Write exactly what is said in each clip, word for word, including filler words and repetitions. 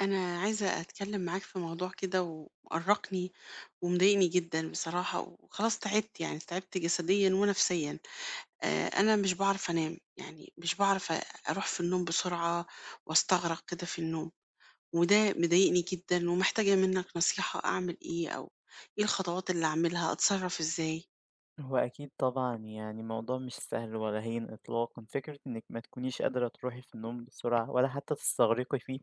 أنا عايزة أتكلم معاك في موضوع كده ومقرقني ومضايقني جدا بصراحة وخلاص تعبت يعني تعبت جسديا ونفسيا. آه، أنا مش بعرف أنام يعني مش بعرف أ- أروح في النوم بسرعة وأستغرق كده في النوم، وده مضايقني جدا ومحتاجة منك نصيحة أعمل إيه، أو إيه الخطوات اللي أعملها أتصرف إزاي؟ هو أكيد طبعًا يعني موضوع مش سهل ولا هين إطلاقًا، فكرة إنِّك ما تكونيش قادرة تروحي في النوم بسرعة ولا حتى تستغرقي فيه،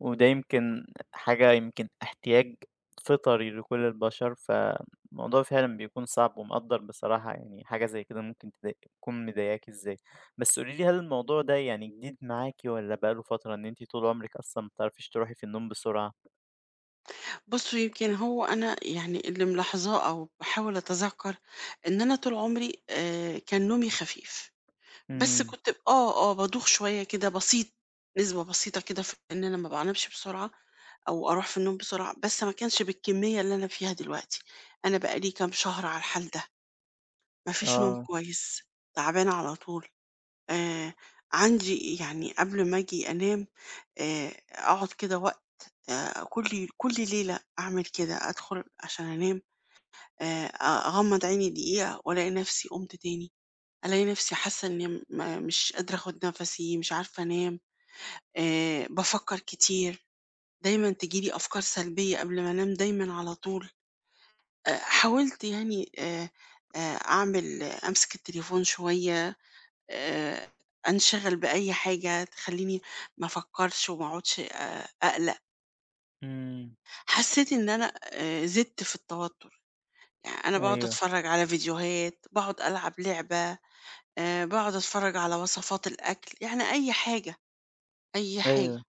وده يمكن حاجة يمكن احتياج فطري لكل البشر، فالموضوع فعلًا بيكون صعب ومقدّر بصراحة يعني حاجة زي كده ممكن تضايق تكون مضايقاكِ إزاي. بس قولي لي هل الموضوع ده يعني جديد معاكِ والّا بقى له فترة إن أنتِ طول عمرِك أصلًا ما بتعرفيش تروحي في النوم بسرعة؟ بصوا يمكن هو أنا يعني اللي ملاحظاه أو بحاول أتذكر إن أنا طول عمري آه، كان نومي خفيف، بس إمم، كنت ب- آه، آه، بادوخ شوية كده بسيط، نسبة بسيطة كده في إن أنا ما بانامش بسرعة أو أروح في النوم بسرعة، بس ما كانش بالكمية اللي أنا فيها دلوقتي. أنا بقى لي كام شهر على الحال ده، ما فيش نوم آه، كويس، تعبانة على طول. آآ، عندي يعني قبل ما آجي أنام آآ، أقعد كده وقت، آآ، كل كل ليلة أعمل كده، أدخل عشان أنام. آآ، أغمض عيني دقيقة وألاقي نفسي قمت تاني. ألاقي نفسي حاسة إني م- ما- مش قادرة أخد نفسي، مش عارفة أنام. آه، بفكر كتير، دايما تجيلي أفكار سلبية قبل ما أنام دايما على طول. آه، حاولت يعني آه، آه، أعمل آه، أمسك التليفون شوية، آه، أنشغل بأي حاجة تخليني ما أفكرش وما أقعدش آه، أقلق. إمم، حسيت إن أنا آه، زدت في التوتر، يعني أنا بقعد أيوه، أتفرج على فيديوهات، بقعد ألعب لعبة، آه، بقعد أتفرج على وصفات الأكل، يعني أي حاجة، أي حاجة، أيوه.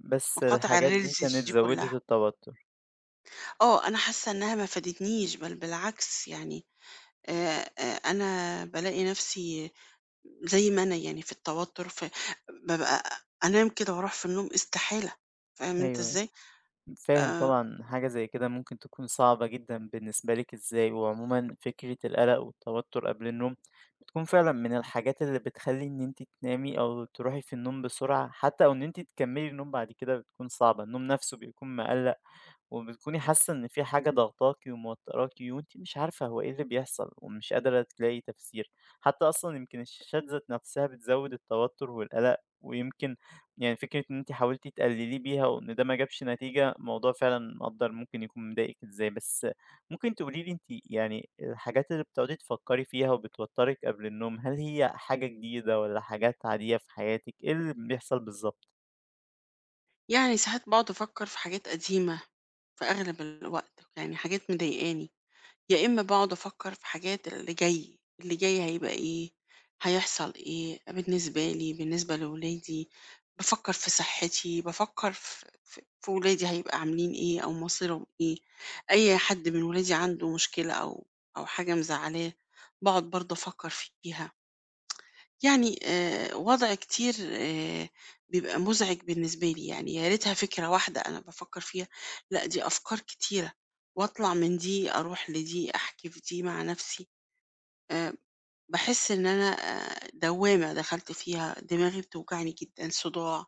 بس مقاطع الحاجات دي الreels كانت دي زوّدت كلّها. التوتر. آه، أنا حاسة إنها ما فادتنيش، بل بالعكس، يعني آآ آآ أنا بالاقي نفسي زي ما أنا يعني في التوتر، في، بابقى أنام كده، وأروح في النوم استحالة. فاهم أنت أيوه، إزاي؟ فاهم آآ طبعًا حاجة زي كده ممكن تكون صعبة جدًا بالنسبة لِك إزاي، وعمومًا فكرة القلق والتوتر قبل النوم بتكون فعلًا من الحاجات اللي بتخلّي إن أنتِ تنامي أو تروحي في النوم بسرعة حتى أو إن أنتِ تكمّلي النوم بعد كده بتكون صعبة، النوم نَفْسه بيكون مقلّق. وبتكوني حاسة إن في حاجة ضاغطاكِ وموتّراكِ وأنتِ مش عارفة هو إيه اللي بيحصل ومش قادرة تلاقي تفسير، حتى أصلًا يمكن الشاشات ذات نفسها بتزوّد التوتر والقلق، ويمكن يعني فكرة إن أنتِ حاولتِ تقلليه بيها وإن ده ما جابش نتيجة، الموضوع فعلًا مقدّر ممكن يكون مضايقِك إزاي، بس ممكن تقولي لي أنتِ يعني الحاجات اللي بتقعدي تفكّري فيها وبتوتّرِك قبل النوم، هل هي حاجة جديدة والّا حاجات عادية في حياتِك، إيه اللي بيحصل بالضبط؟ يعني ساعات باقعد أفكّر في حاجات قديمة في أغلب الوقت، يعني حاجات مضايقاني. يا إما باقعد أفكّر في حاجات اللي جاي، اللي جاي هيبقى إيه، هيحصل إيه بالنسبة لي، بالنسبة لولادي، بافكّر في صحّتي، بافكّر ف ف في ولادي هيبقى عاملين إيه أو مصيرهم إيه، أي حد من ولادي عنده مشكلة، أو أو حاجة مزعّلاه، باقعد برضه أفكّر فيها. يعني آآ وضع كتير آآ بيبقى مُزعج بالنسبة لي، يعني يا ريتها فكرة واحدة أنا بافكّر فيها، لأ دي أفكار كتيرة، وأطلع من دي أروح لدي، أحكي في دي مع نَفْسي. آآ باحس إن أنا آآ دوّامة دخلت فيها، دماغي بتوجعني جدًا، صداع.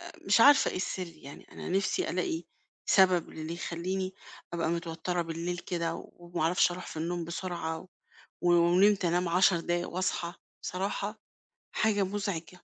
آآ مش عارفة إيه السر يعني، أنا نِفْسي ألاقي سبب للي يخلّيني أبقى متوتّرة بالليل كده، وما أعرفش أروح في النوم بسرعة، ولو نمت أنام عشر دقايق وأصحى. بصراحة حاجة مُزعجة.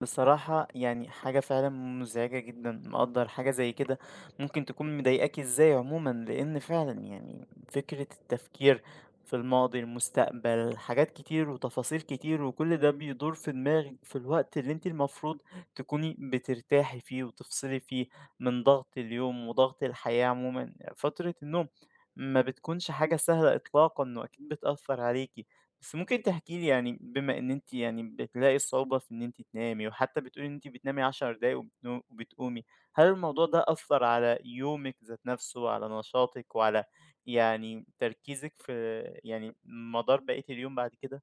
بصراحة يعني حاجة فعلا مزعجة جدا مقدر حاجة زي كده ممكن تكون مضايقاك ازاي عموما لأن فعلا يعني فكرة التفكير في الماضي المستقبل حاجات كتير وتفاصيل كتير وكل ده بيدور في دماغك في الوقت اللي انت المفروض تكوني بترتاحي فيه وتفصلي فيه من ضغط اليوم وضغط الحياة عموما فترة النوم ما بتكونش حاجة سهلة إطلاقا وأكيد بتأثر عليكي بس ممكن تحكي لي يعني بما إن أنتِ يعني بتلاقي صعوبة في إن أنتِ تنامي، وحتى بتقولي إن أنتِ بتنامي عشر دقايق وبتنو وبتقومي، هل الموضوع ده أثّر على يومِك ذات نفسه، وعلى نشاطِك، وعلى يعني تركيزِك في يعني مدار بقية اليوم بعد كده؟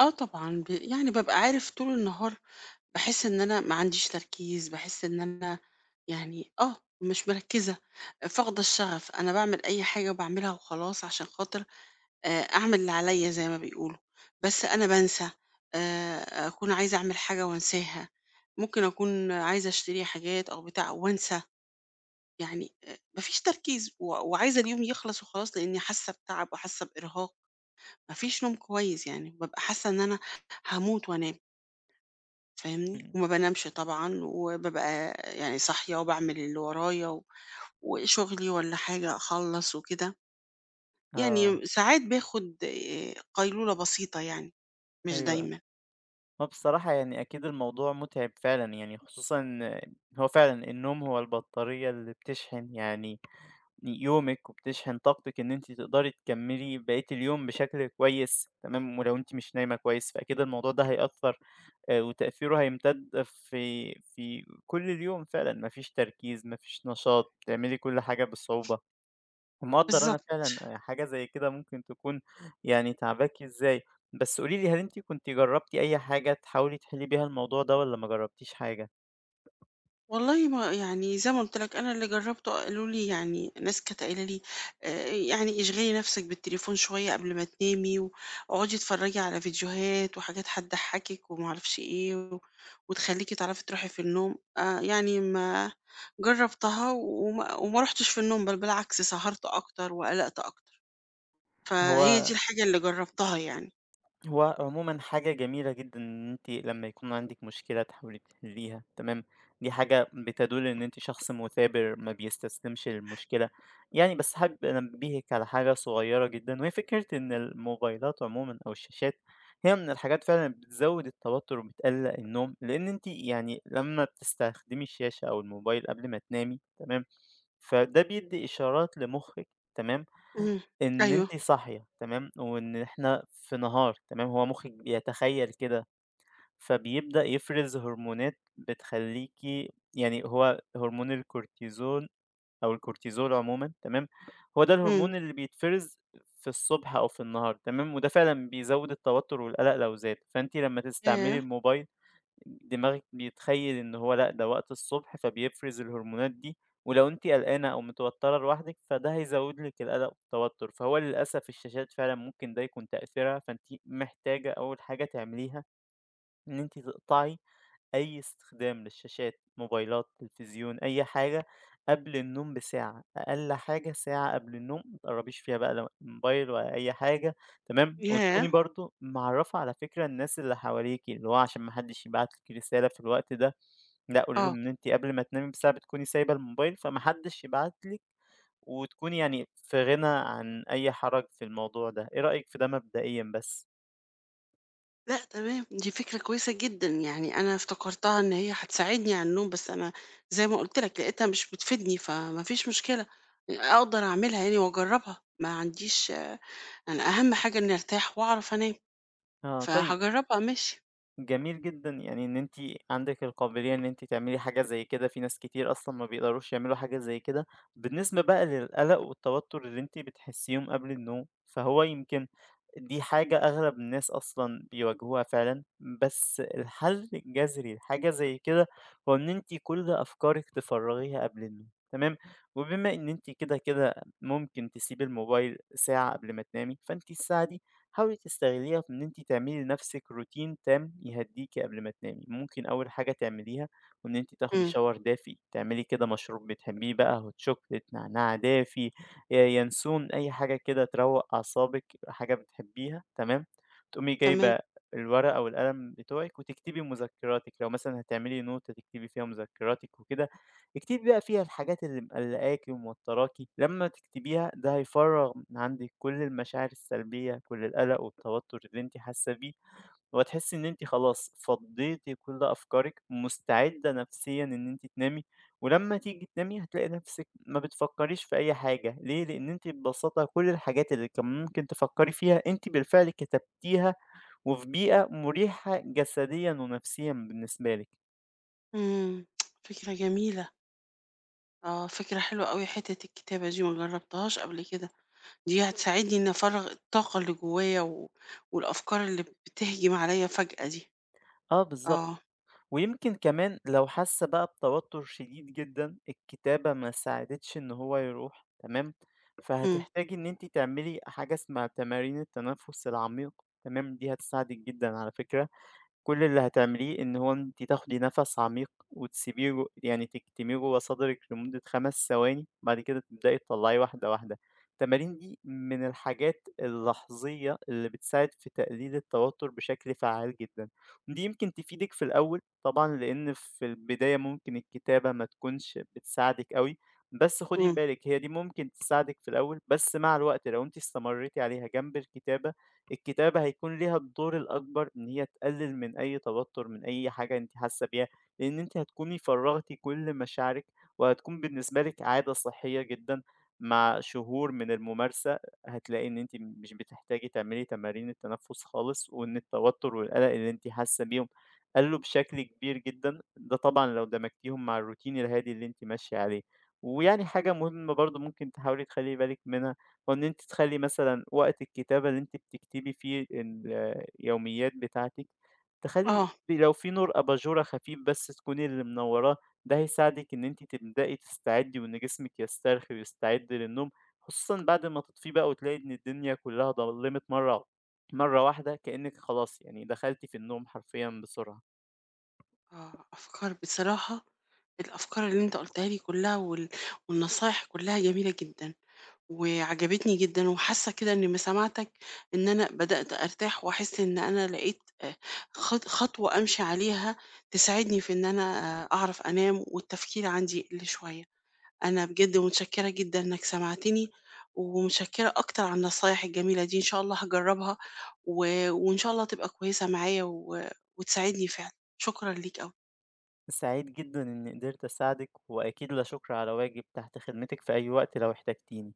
آه طبعًا، ب يعني بابقى عارف طول النهار، باحس إن أنا ما عنديش تركيز، باحس إن أنا يعني آه، مش مركّزة، فاقدة الشغف. أنا باعمل أي حاجة وباعملها وخلاص عشان خاطر، آآ، أعمل اللي عليَّ زي ما بيقولوا، بس أنا بانسى. آآ، أكون عايزة أعمل حاجة وأنساها، ممكن أكون عايزة أشتري حاجات أو بتاع وأنسى. يعني آآ، ما فيش تركيز، و وعايزة اليوم يخلص وخلاص، لإني حاسة بتعب وحاسة بإرهاق، ما فيش نوم كويس يعني. بابقى حاسة إن أنا هاموت وأنام. فاهمني؟ إمم، وما بانامش طبعًا، وبابقى يعني صاحية وباعمل اللي ورايا و وشغلي والّا حاجة أخلّص وكده. آه، يعني ساعات باخد آآ قيلولة بسيطة يعني، مش أيوه. دايمًا. هو بصراحة يعني أكيد الموضوع متعب فعلًا يعني، خصوصًا إن هو فعلًا النوم هو البطارية اللي بتشحن يعني يومِك وبتشحن طاقتِك إن أنتِ تقدري تكمّلي بقية اليوم بشكل كويس تمام، ولو أنتِ مش نايمة كويس فأكيد الموضوع ده هيأثّر آآ وتأثيره هيمتد في في كل اليوم فعلًا، ما فيش تركيز، ما فيش نشاط، بتعملي كل حاجة بصعوبة. ومقدّر أنا بالضبط. فعلًا آه، حاجة زي كده ممكن تكون يعني تعباكِ إزاي. بس قولي لي هل أنتِ كنتِ جرّبتِ أي حاجة تحاولي تحلّي بيها الموضوع ده والّا ما جرّبتيش حاجة؟ والله ما يعني زي ما قُلت لك، أنا اللي جرّبته قالوا لي، يعني ناس كانت قايلة لي آآ يعني اشغلي نفسِك بالتليفون شوية قبل ما تنامي، واقعدي اتفرّجي على فيديوهات وحاجات هتضحّكِك وما اعرفش إيه، و وتخلّيكِ تعرفي تروحي في النوم. آآ يعني ما جرّبتها وما وما رُحتش في النوم، بل بالعكس سهرت أكتر وقلقت أكتر، فهي هو دي الحاجة اللي جرّبتها يعني. هو عمومًا حاجة جميلة جدًا إن أنتِ لمّا يكون عندِك مشكلة تحاولي تحليها، تمام، دي حاجة بتدل إن أنتِ شخص مثابر ما بيستسلمش للمشكلة، يعني بس حابب أنبهِك على حاجة صغيرة جدًا وهي فكرة إن الموبايلات عمومًا أو الشاشات هي من الحاجات فعلًا اللي بتزود التوتر وبتقلق النوم، لأن أنتِ يعني لمّا بتستخدمي الشاشة أو الموبايل قبل ما تنامي، تمام، فده بيدي إشارات لمخِّك، تمام إمم. إن أيوه. أنتِ صاحية تمام، وإن إحنا في نهار تمام، هو مخِّك بيتخيّل كده، فبيبدأ يفرز هرمونات بتخلّيكِ يعني هو هرمون الكورتيزون أو الكورتيزول عمومًا تمام، هو ده إمم. الهرمون اللي بيتفرز في الصبح أو في النهار تمام، وده فعلًا بيزوّد التوتر والقلق لو زاد، فأنتِ لمّا تستعملي ياه! الموبايل دماغِك بيتخيّل إن هو لأ، ده وقت الصبح فبيفرز الهرمونات دي، ولو أنتِ قلقانة أو متوتّرة لوحدِك فده هيزوّد لِك القلق والتوتّر، فهو للأسف الشاشات فعلًا ممكن ده يكون تأثيرها، فأنتِ محتاجة أول حاجة تعمليها إن أنتِ تقطعي أي استخدام للشاشات، موبايلات، تلفزيون، أي حاجة قبل النوم بساعة، أقل حاجة ساعة قبل النوم، ما تقرّبيش فيها بقى لا موبايل ولا أي حاجة تمام، ياه! وتكوني برضه معرّفة على فكرة الناس اللي حواليكِ، اللي هو عشان ما حدش يبعت لِك رسالة في الوقت ده، لأ قولي لهم آه. إن أنتِ قبل ما تنامي بساعة بتكوني سايبة الموبايل، فما حدش يبعت لِك، وتكوني يعني في غنى عن أي حرج في الموضوع ده، إيه رأيِك في ده مبدئيًا بس؟ لأ تمام، دي فكرة كويسة جدًا، يعني أنا افتكرتها إن هي هتساعدني على النوم، بس أنا زي ما قُلت لك لقيتها مش بتفيدني، فما فيش مشكلة، أقدر أعملها يعني وأجرّبها، ما عنديش، أنا أهم حاجة إني أرتاح وأعرف أنام، آه طيب فهاجرّبها ماشي. جميل جدًا، يعني إن أنتِ عندِك القابلية إن أنتِ تعملي حاجة زي كده، في ناس كتير أصلًا ما بيقدروش يعملوا حاجة زي كده. بالنسبة بقى للقلق والتوتر اللي أنتِ بتحسيهم قبل النوم، فهو يمكن دي حاجة أغلب الناس أصلًا بيواجهوها فعلًا، بس الحل الجذري لحاجة زي كده هو إن أنتِ كل أفكارِك تفرغيها قبل النوم، تمام؟ وبما إن أنتِ كده، كده ممكن تسيبي الموبايل ساعة قبل ما تنامي، فأنتِ الساعة دي حاولي تستغليها في إن أنتِ تعملي لنفسِك روتين تام يهدّيكِ قبل ما تنامي، ممكن أول حاجة تعمليها إن أنتِ تاخدي إمم. shower دافي، تعملي كده مشروب بتحبيه بقى hot chocolate، نعناع دافي، آآ ينسون، أي حاجة كده تروّق أعصابِك، حاجة بتحبيها تمام، تقومي تمام. جايبة الورقة والقلم بتوعِك وتكتبي مذكراتِك، لو مثلًا هتعملي نوتة تكتبي فيها مذكراتِك وكده. اكتبي بقى فيها الحاجات اللي مقلقاكِ وموتّراكِ، لمّا تكتبيها ده هيفرّغ من عندِك كل المشاعر السلبية، كل القلق والتوتر اللي أنتِ حاسة بيه، وهتحسي إن أنتِ خلاص فضّيتِ كل أفكارِك، مستعدة نفسيًا إن أنتِ تنامي، ولمّا تيجي تنامي هتلاقي نفسِك ما بتفكّريش في أي حاجة، ليه؟ لإن أنتِ ببساطة كل الحاجات اللي كان ممكن تفكّري فيها أنتِ بالفعل كتبتيها، وفي بيئة مُريحة جسديًا ونفسيًا بالنسبة لِك. إمم. فكرة جميلة. آه، فكرة حلوة أوي، حتّة الكتابة دي ما جرّبتهاش قبل كده، دي هتساعدني إني أفرّغ الطاقة اللي جوايا و والأفكار اللي بتهجم عليَّ فجأة دي. آه بالضبط. آه. ويمكن كمان لو حس بقى بتوتر شديد جدا الكتابة ما ساعدتش ان هو يروح تمام إمم. فهتحتاجي ان انت تعملي حاجة اسمها تمارين التنفس العميق تمام دي هتساعدك جدا على فكرة كل اللي هتعمليه إن هو أنتِ تاخدي نَفَس عميق وتسيبيه ج يعني تكتميه جوّه صدرِك لمدة خمس ثواني، بعد كده تبدئي تطلّعيه واحدة، واحدة. التمارين دي من الحاجات اللحظية اللي بتساعد في تقليل التوتر بشكل فعّال جدًا، ودي يمكن تفيدِك في الأول طبعًا، لإن في البداية ممكن الكتابة ما تكونش بتساعدِك أوي، بس خُدي إمم. بالِك هي دي ممكن تساعدِك في الأول، بس مع الوقت لو أنتِ استمريتِ عليها جنب الكتابة الكتابة هيكون ليها الدور الأكبر إن هي تقلل من أي توتر من أي حاجة أنتِ حاسة بيها، لإن أنتِ هتكوني فرغتِ كل مشاعرِك، وهتكون بالنسبة لِك عادة صحية جدًا. مع شهور من الممارسة هتلاقي إن أنتِ مش بتحتاجي تعملي تمارين التنفس خالص، وإن التوتر والقلق اللي أنتِ حاسة بيهم قَلّوا بشكل كبير جدًا، ده طبعًا لو دمجتيهم مع الروتين الهادي اللي أنتِ ماشية عليه. ويعني حاجة مهمة برضه ممكن تحاولي تخلّي بالِك منها وإن أنتِ تخلّي مثلًا وقت الكتابة اللي أنتِ بتكتبي فيه اليوميات بتاعتِك، تخلّي آه. في- لو في نور أباجورة خفيف بس تكوني اللي منوّراه، ده هيساعدِك إن أنتِ تبدئي تستعدي وإن جسمِك يسترخي ويستعد للنوم، خصوصًا بعد ما تطفيه بقى وتلاقي إن الدنيا كلّها ضلِّمت مرّة مرّة واحدة كإنِّك خلاص يعني دخلتِ في النوم حرفيًا بسرعة. آه، أفكار بصراحة، الأفكار اللي أنت قُلتها لي كلّها، وال والنصايح كلّها جميلة جدًا، وعجبتني جدًا، وحاسة كده إن بسماعتك إن أنا بدأت أرتاح وأحس إن أنا لقيت آآ خط خطوة أمشي عليها تساعدني في إن أنا آه، أعرف أنام، والتفكير عندي يقل شوية. أنا بجد متشكرة جدًا إنك سمعتني، ومتشكرة أكتر على النصايح الجميلة دي، إن شاء الله هاجرّبها، و وإن شاء الله تبقى كويسة معايا و وتساعدني فعلًا. شكرًا ليك أوي. سعيد جدًا إني قدرت أساعدِك، وأكيد لا شكر على واجب، تحت خدمتِك في أي وقت لو احتجتيني.